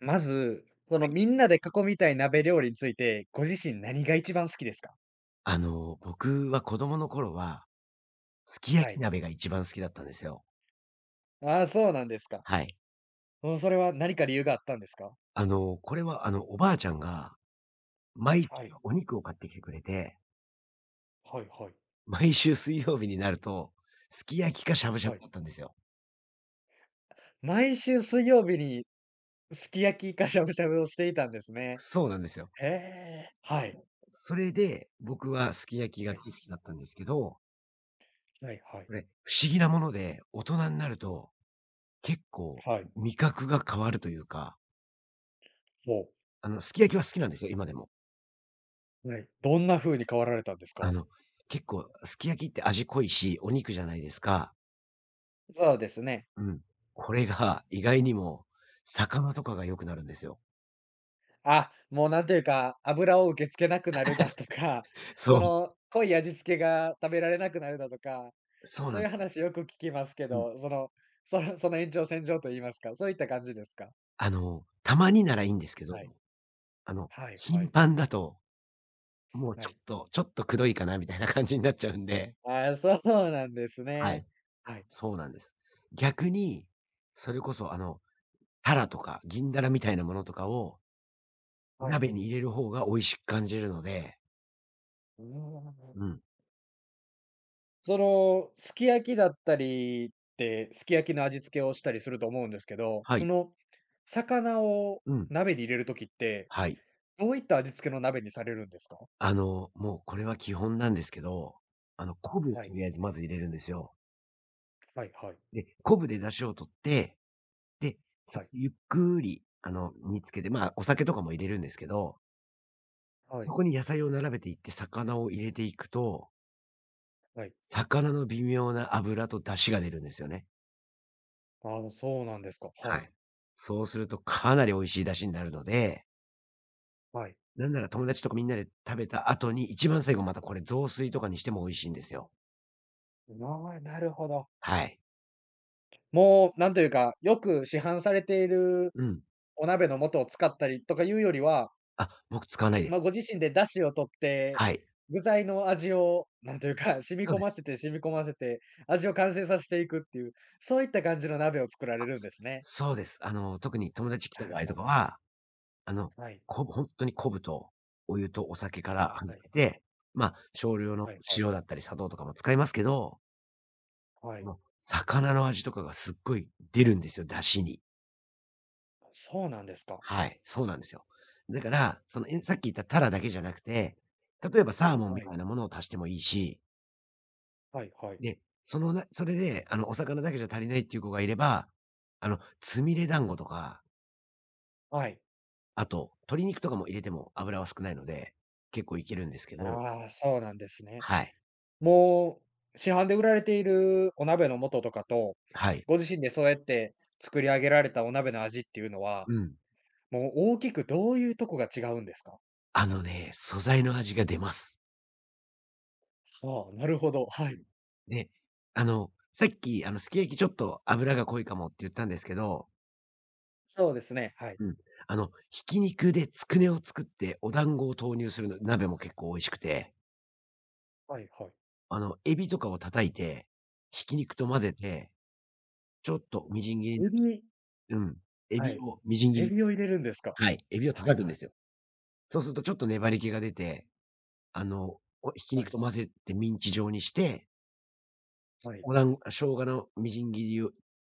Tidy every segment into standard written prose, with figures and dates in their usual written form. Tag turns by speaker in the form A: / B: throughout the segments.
A: まず、そのみんなで囲みたい鍋料理について、ご自身何が一番好きですか？
B: 僕は子供の頃は、すき焼
A: は
B: き
A: い。
B: 鍋が一番好きだったんですよ。
A: ああ、そうなんですか。
B: はい。
A: うん、それは何か理由があったんですか？
B: これはおばあちゃんが、毎週
A: はい。
B: お肉を買ってきてくれて、
A: はいはい。
B: 毎週水曜日になると、すき焼きかしゃぶしゃぶ
A: はい。
B: だったんですよ。
A: 毎週水曜日にすき焼きかしゃぶしゃぶをしていたんですね。
B: そうなんですよ。
A: へえ、はい。
B: それで、僕はすき焼きが
A: はい。
B: 大好きだったんですけど、
A: はいは
B: こ
A: い。
B: れ、不思議なもので、大人になると、結構、
A: はい。
B: 味覚が変わるというか、
A: ほう。
B: すき焼きは好きなんですよ、今でも。
A: はい。どんな風に変わられたんですか？
B: あの、結構、すき焼きって味濃いし、お肉じゃないですか。
A: そうですね。
B: うん。これが意外にも魚とかが良くなるんですよ。
A: あ、もうなんというか、油を受け付けなくなるだとか、
B: そ
A: そ
B: う、
A: の、濃い味付けが食べられなくなるだとか、
B: そう
A: そ
B: な
A: う
B: ん
A: いう
B: です。
A: 話よく聞きますけ
B: うん。
A: ど、その、その延長線上と言いますか、そういった感じですか？
B: たまにならいいんですけど、
A: はい。はいは
B: 頻
A: い。
B: 繁だと、もう
A: は
B: ちょ
A: い。
B: っとちょっとくどいかなみたいな感じになっちゃうんで。
A: ああ、そうなんです
B: は
A: ね。
B: い、
A: はい、
B: そうなんです。逆に、それこそタラとか銀ダラみたいなものとかを
A: はい。
B: 鍋に入れる方が美味しく感じるので、
A: うーん。
B: うん、
A: その、すき焼きだったりって、すき焼きの味付けをしたりすると思うんですけど、
B: は
A: そ
B: い、
A: の、魚を
B: うん、
A: 鍋に入れる時って、
B: はい。
A: どういった味付けの鍋にされるんですか？
B: もうこれは基本なんですけど、昆布を
A: は
B: と
A: い。
B: りあえずまず入れるんですよ。
A: はいはい。
B: で、昆布で出汁を取って、で、そ
A: はい。
B: ゆっくり、煮付けて、まあ、お酒とかも入れるんですけど、
A: は
B: そ
A: い。
B: こに野菜を並べていって、魚を入れていくと、
A: はい。
B: 魚の微妙な脂と出汁が出るんですよね。
A: ああ、そうなんですか。
B: は
A: はい。
B: い。そうするとかなり美味しい出汁になるので、
A: はい。
B: なんなら友達とかみんなで食べた後に、一番最後またこれ雑炊とかにしても美味しいんですよ。
A: ああ、なるほど。
B: はい。
A: もう、なんというか、よく市販されている
B: うん。
A: お鍋の素を使ったりとかいうよりは、
B: あ、僕使わないで
A: まあ、
B: す。
A: ご自身で出汁を取って、
B: はい。
A: 具材の味を、なんというか、染み
B: そう
A: 込
B: で
A: ま
B: す。
A: せて染み込ませて、味を完成させていくっていう、そういった感じの鍋を作られるんですね。
B: そうです。特に友達来た
A: な
B: 場
A: る
B: 合と
A: ほ
B: か
A: ど。
B: は、あの、
A: はい。
B: ほんとに昆布とお湯とお酒から
A: は
B: 始
A: い。
B: めて、まあ、少量の
A: はいは
B: 塩だ
A: い。
B: ったり砂糖とかも使いますけど、
A: は
B: そ
A: い。
B: の、魚の味とかがすっごい出るんですよ、出汁に。
A: そうなんですか。
B: はい、そうなんですよ。だから、その、さっき言ったタラだけじゃなくて、例えばサーモン
A: は
B: みた
A: い。
B: いなものを足してもいいし、
A: はいはい。
B: で、そのなそれで、お魚だけじゃ足りないっていう子がいれば、つみれ団子とか、
A: はい。
B: あと、鶏肉とかも入れても油は少ないので、結構いけるんですけど。
A: ああ、そうなんですね。
B: はい。
A: もう、市販で売られているお鍋の素とかと、
B: はい。
A: ご自身でそうやって作り上げられたお鍋の味っていうのは、
B: うん。
A: もう大きくどういうとこが違うんですか？
B: あのね、素材の味が出ます。
A: ああ、なるほど、は
B: う
A: い。
B: ん。で、さっき、すき焼きちょっと油が濃いかもって言ったんですけど、
A: そうですね、はい。
B: うん。ひき肉でつくねを作ってお団子を投入するの鍋も結構美味しくて、
A: はいはい。
B: エビとかを叩いて、ひき肉と混ぜて、ちょっとみじん切りな
A: エビ。
B: うん、エ
A: は
B: ビ
A: い。
B: をみじん切
A: エ
B: り
A: ビを入れるんですか？
B: はい、エビを
A: はい
B: 叩くん
A: は
B: で
A: い。
B: すよ。そうするとちょっと粘り気が出て、おひき
A: は
B: 肉
A: い、
B: と混ぜてミンチ状にしてそ
A: はい。
B: おだん生姜のみじん切りを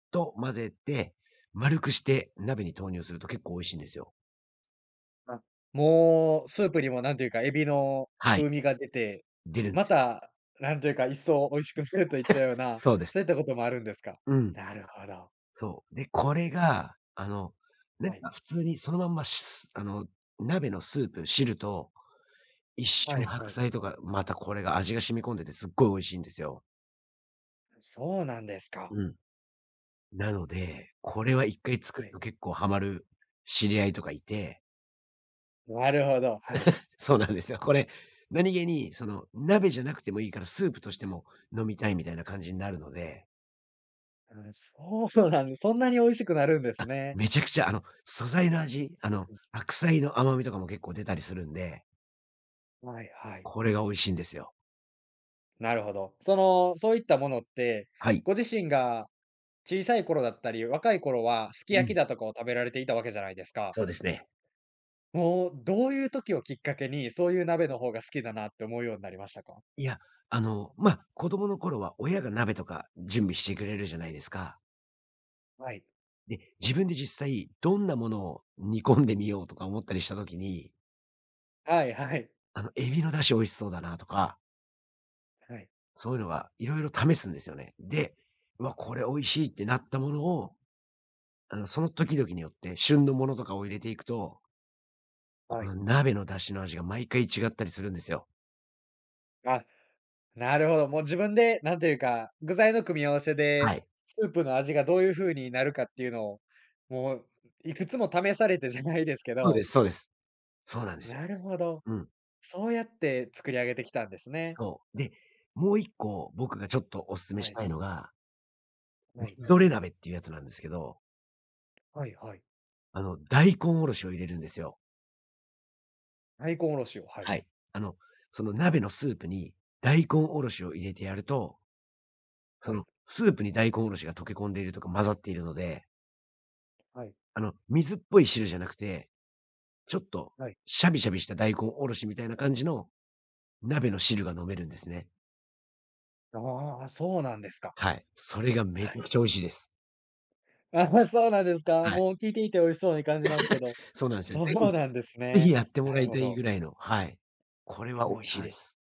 B: と混ぜて、丸くして鍋に投入すると結構美味しいんですよ。
A: あ、もうスープにもなんていうか、エビの
B: はい、
A: 風味が出て、
B: 出るんで
A: ま
B: す。
A: た、なんていうか、一層美味しくするといったような、
B: そうです。
A: そういったこともあるんですか？
B: うん、
A: なるほど。
B: そう。で、これが、なん
A: はい。
B: か普通にそのまんま、しあの、鍋のスープ、汁と一緒
A: は
B: に
A: い
B: 白
A: はい。
B: 菜とか、またこれが味が染み込んでてすっごい美味しいんですよ。
A: そうなんですか。
B: うん。なので、これは1回作
A: は
B: る
A: い。
B: と結構ハマる知り合いとかいて。
A: なるほど、はい。
B: そうなんですよ。これ、何気に、その、鍋じゃなくてもいいから、スープとしても飲みたいみたいな感じになるので、
A: うん、そうなんです、そんなに美味しくなるんですね。
B: めちゃくちゃ、素材の味、白菜の甘みとかも結構出たりするんで、
A: はい。はいはい。
B: これが美味しいんですよ。
A: なるほど。その、そういったものって、
B: はい。
A: ご自身が小さい頃だったり、若い頃はすき
B: う
A: 焼き
B: ん。
A: だとかを食べられていたわけじゃないですか。
B: そうですね。
A: もう、どういう時をきっかけに、そういう鍋の方が好きだなって思うようになりましたか？
B: いや、子供の頃は親が鍋とか準備してくれるじゃないですか。
A: はい。
B: で、自分で実際どんなものを煮込んでみようとか思ったりした時に、
A: はいはい。
B: エビの出汁美味しそうだなとか
A: はい。
B: そういうのがいろいろ試すんですよね。で、うわ、これ美味しいってなったものを、その時々によって旬のものとかを入れていくと、こ
A: はい。
B: の鍋の出汁の味が毎回違ったりするんですよ。
A: あ、なるほど、もう自分で、なんていうか、具材の組み合わせ
B: は
A: で、
B: い。
A: スープの味がどういう風になるかっていうのを、もういくつも試されてじゃないですけ
B: そうで
A: ど、
B: すそうです。そうなんですよ。
A: なるほど。
B: うん、
A: そうやって作り上げてきたんですね。
B: そう。で、もう一個僕がちょっとお勧めし
A: はい、
B: たいのが、み
A: はい、
B: ぞれ鍋っていうやつなんですけど、
A: はいはい。
B: 大根おろしを入れるんですよ。
A: 大根おろしを、はい、
B: はい。あの、その鍋のスープに大根おろしを入れてやると、そ
A: はい、
B: のスープに大根おろしが溶け込んでいるとか混ざっているので
A: はい、
B: 水っぽい汁じゃなくて、ちょっと
A: はい。
B: シャビシャビした大根おろしみたいな感じの鍋の汁が飲めるんですね。
A: ああ、そうなんですか。
B: はい。それがめ
A: は
B: ちゃ
A: い。
B: くちゃ美味しいです。
A: ああ、そうなんですか。
B: はい。
A: もう聞いていて美味しそうに感じますけど。
B: そうなんですよ。
A: そ
B: ぜひ、
A: うなんです
B: ぜひ
A: ね。
B: やって
A: な
B: もら
A: る
B: い
A: ほ
B: たい
A: ど。
B: ぐらいの、はい。これは
A: は
B: 美
A: い
B: 味しい
A: は
B: で
A: い。
B: す。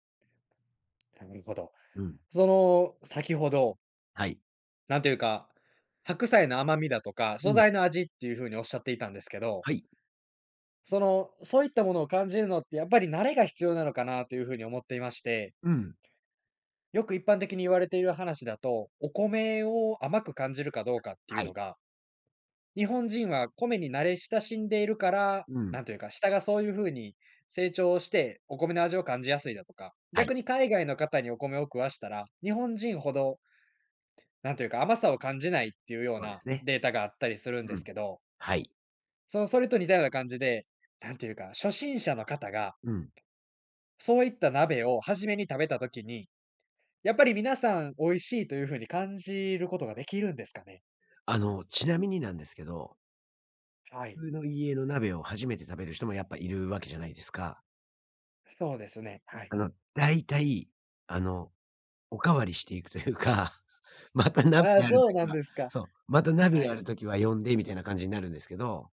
A: なるほど。
B: うん。
A: その、先ほど
B: はい。
A: なんていうか、白菜の甘みだとか、
B: う
A: 素
B: ん。
A: 材の味っていう風におっしゃっていたんですけど、
B: はい。
A: その、そういったものを感じるのってやっぱり慣れが必要なのかなという風に思っていまして、
B: うん。
A: よく一般的に言われている話だと、お米を甘く感じるかどうかってい
B: は
A: うの
B: い。
A: が、日本人は米に慣れ親しんでいるから、
B: うん。
A: なんというか、舌がそういう風に成長して、お米の味を感じやすいだとか、
B: はい。
A: 逆に海外の方にお米を食わしたら、日本人ほど、なんというか、甘さを感じないっていうよう
B: そうで
A: な
B: すね。
A: データがあったりするん
B: う
A: です
B: ん。
A: けど、
B: はい。
A: その、それと似たような感じで、なんていうか、初心者の方が、
B: うん。
A: そういった鍋を初めに食べた時に、やっぱり皆さん美味しいという風に感じることができるんですかね？
B: ちなみになんですけど、
A: は
B: 普
A: い。
B: 通の家の鍋を初めて食べる人もやっぱいるわけじゃないですか。
A: そうですね、はい。
B: 大体、あの、おかわりしていくというか、また鍋
A: あ
B: う
A: あ、
B: あると
A: そう
B: き
A: なん
B: は
A: ですか。
B: そう、また鍋
A: は
B: あ
A: い。
B: るときは呼んでみたいな感じになるんですけど、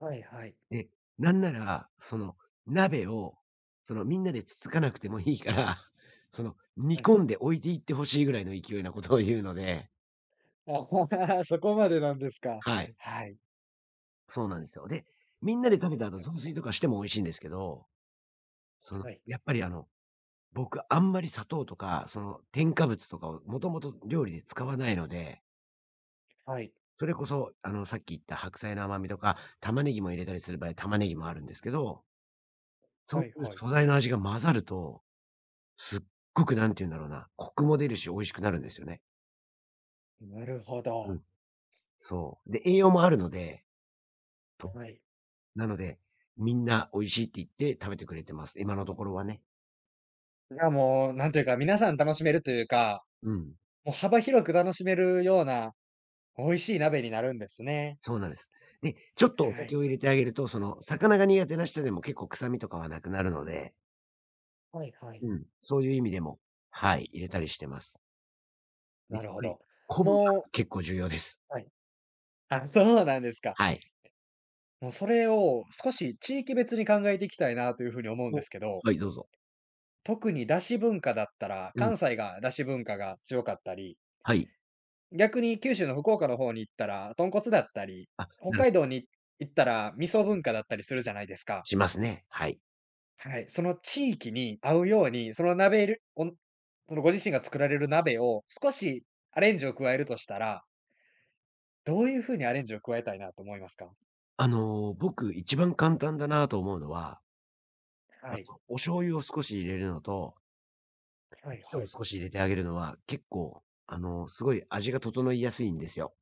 A: はいはい。
B: で、なんなら、その鍋を、そのみんなでつつかなくてもいいから、その煮
A: はい。
B: 込んで置いていってほしいぐらいの勢いなことを言うので、
A: あ、そこまでなんですか。
B: はい、
A: はい。
B: そうなんですよ。で、みんなで食べた後雑炊とかしても美味しいんですけど、その、
A: はい。
B: やっぱり僕あんまり砂糖とか、その添加物とかをもともと料理で使わないので
A: はい。
B: それこそ、さっき言った白菜の甘みとか、玉ねぎも入れたりする場合、玉ねぎもあるんですけど、そう
A: はい
B: いう
A: はい。
B: 素材の味が混ざると、すっごくなんて言うんだろうな、コクも出るし美味しくなるんですよね。
A: なるほ
B: う
A: ど。
B: ん、そう。で、栄養もあるので、と、
A: はい。
B: なので、みんな美味しいって言って食べてくれてます。今のところはね。
A: いや、もう、なんというか、皆さん楽しめるというか、
B: うん、
A: もう幅広く楽しめるような美味しい鍋になるんですね。
B: そうなんです。で、ちょっとお
A: は
B: 酒
A: い。
B: を入れてあげると、その、魚が苦手な人でも結構臭みとかはなくなるので、
A: はいはい。
B: うん、そういう意味でも、はい、入れたりしてます。や
A: な
B: っ
A: るほ
B: ぱり、
A: ど。
B: 昆布が
A: も
B: 結構重要です。
A: うはい。あ、そうなんですか。
B: はい。
A: もうそれを少し地域別に考えていきたいなというふうに思うんで
B: お
A: すけど、
B: はい、どうぞ。
A: 特に出汁文化だったら、
B: うん、
A: 関西が出汁文化が強かったり、
B: はい。
A: 逆に九州の福岡の方に行ったら、豚骨だったり、
B: あ、
A: 北
B: なる
A: 海道
B: ほど。
A: に行ったら味噌文化だったりするじゃないですか。
B: しますね。はい。
A: はい、その地域に合うように、その鍋るおんそのご自身が作られる鍋を少しアレンジを加えるとしたら、どういうふうにアレンジを加えたいなと思いますか？
B: 僕一番簡単だなと思うのは、
A: はい。
B: お醤油を少し入れるのと、
A: はい
B: 味噌
A: は
B: を
A: い。
B: 少し入れてあげるのは、結構、すごい味が整いやすいんですよ。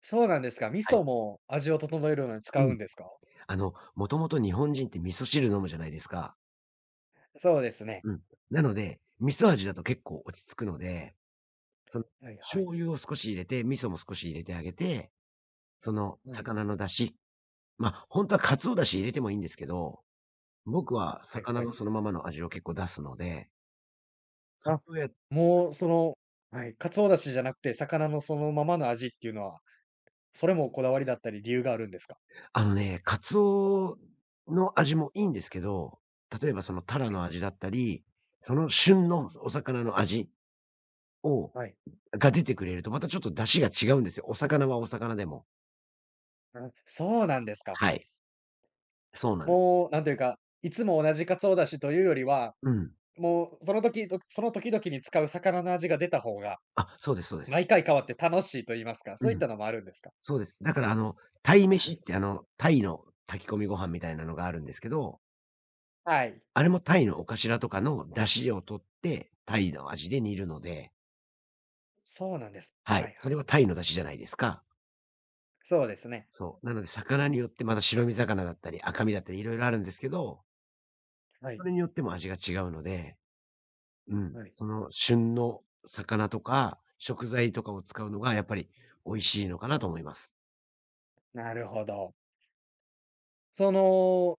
A: そうなんですか。味
B: はい。
A: 噌も味を整えるのに
B: う
A: 使う
B: ん。
A: んですか？
B: もともと日本人って味噌汁飲むじゃないですか。
A: そうですね。
B: うん。なので、味噌味だと結構落ち着くので、その、
A: はいはい。
B: 醤油を少し入れて、味噌も少し入れてあげて、その
A: はい。
B: 魚の出汁、本当は鰹出汁入れてもいいんですけど、僕は
A: はい
B: 魚
A: は
B: の
A: い。
B: そのままの味を結構出すので、
A: あ、
B: 里や
A: もうその、はい、鰹だしじゃなくて、魚のそのままの味っていうのは、それもこだわりだったり理由があるんですか？
B: あのね、鰹の味もいいんですけど、例えばそのタラ
A: はい。
B: の味だったり、その旬のお魚の味を
A: はい。
B: が出てくれると、またちょっと出汁が違うんですよ。お魚はお魚でも。
A: あ、そうなんですか。
B: はい。そうなんです。
A: もうなんというか、いつも同じ鰹だしというよりは、
B: うん。
A: もうその時どその時々に使う魚の味が出た方が、
B: あ、そうですそうです。
A: 毎回変わって楽しいと言いますか、
B: う
A: そういっ
B: ん。
A: たのもあるんですか？
B: そうです。だから、鯛
A: な
B: 飯
A: る
B: っ
A: ほ
B: て
A: ど、
B: 鯛の炊き込みご飯みたいなのがあるんですけど、
A: はい。
B: あれもタイのお頭とかの出汁を取って、タイの味で煮るので、
A: そうなんです。
B: は
A: は
B: い。
A: い
B: そ
A: は
B: れ
A: い。
B: はタイの出汁じゃないですか。
A: そうですね。
B: そう。なので、魚によってまた白身魚だったり、赤身だったりいろいろあるんですけど、
A: は
B: そ
A: い。
B: れによっても味が違うので、うん。
A: はい。
B: その旬の魚とか、食材とかを使うのがやっぱり美味しいのかなと思います。
A: なるほど。その、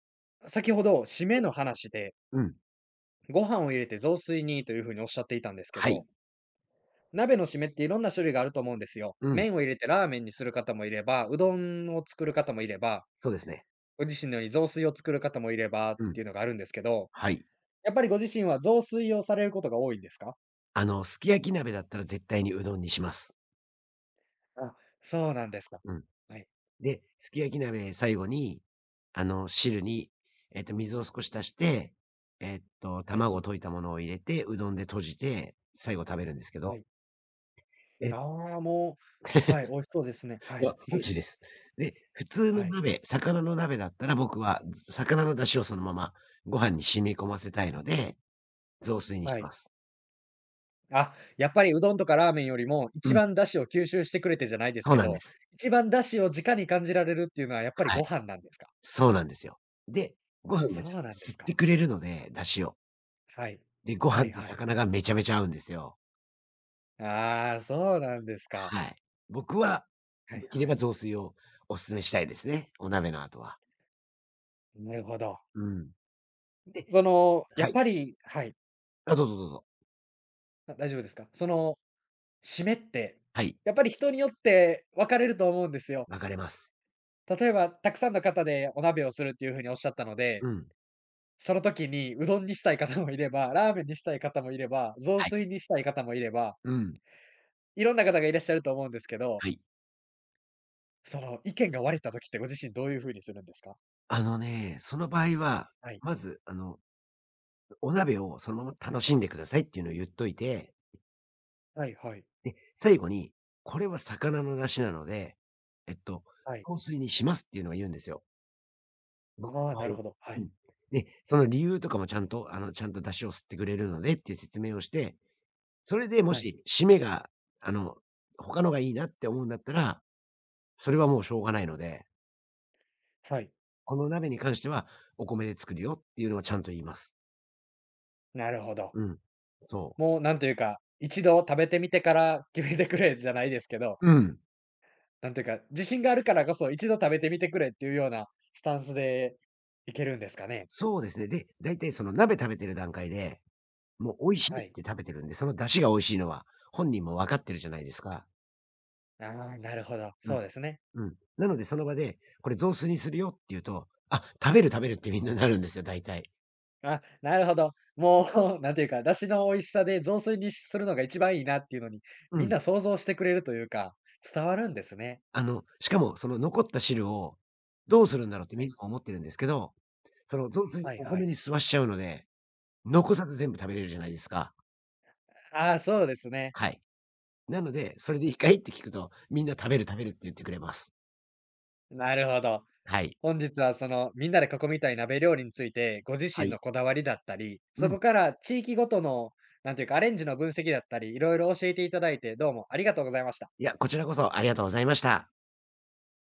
A: 先ほど締めの話で、
B: うん。
A: ご飯を入れて雑炊にというふうにおっしゃっていたんですけ
B: はい。
A: ど、鍋の締めっていろんな種類があると思うんですよ。
B: うん。
A: 麺を入れてラーメンにする方もいれば、うどんを作る方もいれば、
B: そうですね。
A: ご自身のように雑炊を作る方もいればっ
B: うん。
A: ていうのがあるんですけど、
B: はい。
A: やっぱりご自身は雑炊をされることが多いんですか？
B: すき焼き鍋だったら絶対にうどんにします。
A: あ、そうなんですか。
B: うん。
A: はい、
B: で、すき焼き鍋最後に、汁に、水を少し足して、
A: はい、
B: 卵を溶いたものを入れて、うどんで閉じて、最後食べるんですけど、
A: はい。
B: え、
A: ああ、もう、はい、美味しそうですね。は
B: い
A: い、
B: や、美味しいです。で、普通の
A: はい。
B: 鍋、魚の鍋だったら僕は、ず魚の出汁をそのままご飯に染み込ませたいので、雑炊にし
A: はい。
B: ます。
A: あ、やっぱりうどんとかラーメンよりも、
B: う
A: 一
B: ん、
A: 番出汁を吸収してくれてじゃないです
B: そう
A: け
B: なんで
A: ど、
B: す。
A: 一番出汁を直に感じられるっていうのはやっぱり
B: はい、
A: ご飯なんですか？
B: そうなんですよ。で、ご
A: はい。
B: 飯が
A: そ
B: ちゃん
A: う
B: と
A: なんで
B: 吸
A: す
B: っ
A: か。
B: てくれるので、出汁を。
A: はい。
B: で、ご
A: はい
B: 飯と
A: はい。
B: 魚がめちゃめちゃ合うんですよ。
A: ああ、そうなんですか。
B: はい。僕は、
A: は
B: で
A: い
B: きれ
A: は
B: ば
A: い。
B: 雑炊をお勧めしたいですね。お鍋の後は。
A: なるほど。
B: うん。で、
A: その、や
B: は
A: っ
B: い。
A: ぱりはい、
B: あ、どうぞどうぞ。
A: あ、大丈夫ですか？その、締めって、
B: はい。
A: やっぱり人によって分かれると思うんですよ。
B: 分かれます。
A: 例えば、たくさんの方でお鍋をするっていう風におっしゃったので、
B: うん。
A: その時に、うどんにしたい方もいれば、ラーメンにしたい方もいれば、雑
B: はい。
A: 炊にしたい方もいれば、
B: うん。
A: いろんな方がいらっしゃると思うんですけど、
B: はい。
A: その意見が割れた時ってご自身どういう風にするんですか？
B: あのね、その場合は、
A: はい。
B: まず、お鍋をそのまま楽しんでくださいっていうのを言っといて、
A: はいはい。
B: で、最後に、これは魚の出汁なので、えっと、
A: はい。
B: 雑炊にしますっていうのを言うんですよ。僕
A: ああ、
B: の場
A: な
B: 合
A: る
B: は。
A: ほど。は
B: う
A: い。
B: ん。で、その理由とかもちゃんと、ちゃんと出汁を吸ってくれるのでっていう説明をして、それでも
A: はい。
B: し、締めが、あの、他のがいいなって思うんだったら、それはもうしょうがないので、
A: はい。
B: この鍋に関してはお米で作るよっていうのはちゃんと言います。
A: なるほど。
B: うん。そう。
A: もうなんというか、一度食べてみてから 決めてくれじゃないですけど、
B: うん。
A: なんていうか、自信があるからこそ一度食べてみてくれっていうようなスタンスでいけるんですかね？
B: そうですね。で、だいたいその鍋食べてる段階で、もう美味しい
A: は
B: っ
A: い。
B: て食べてるんで、その出汁が美味しいのは本人も分かってるじゃないですか。
A: ああ、なるほど。
B: う
A: そ
B: ん、
A: うですね。
B: うん。なのでその場で、これ雑炊にするよって言うと、あ、食べる食べるってみんななるんですよ、大体。
A: あ、なるほど。もう、なんていうか、出汁の美味しさで雑炊にするのが一番いいなっていうのに、
B: う
A: みん
B: ん。
A: な想像してくれるというか、伝わるんですね。
B: しかもその残った汁をどうするんだろうって
A: は
B: みん
A: い。
B: な思ってるんですけど、その雑炊
A: はい
B: お
A: は
B: 米
A: い。
B: に吸わしちゃうので、残さず全部食べれるじゃないですか。
A: ああ、そうですね。
B: はい。なので、それでいいかいって聞くと、みんな食べる食べるって言ってくれます。
A: なるほど。
B: はい。
A: 本日はその、みんなで囲みたい鍋料理について、ご自
B: は
A: 身の
B: い。
A: こだわりだったり、
B: う
A: そ
B: ん。
A: こから地域ごとの、なんていうか、アレンジの分析だったり、いろいろ教えていただいて、どうもありがとうございました。
B: いや、こちらこそありがとうございました。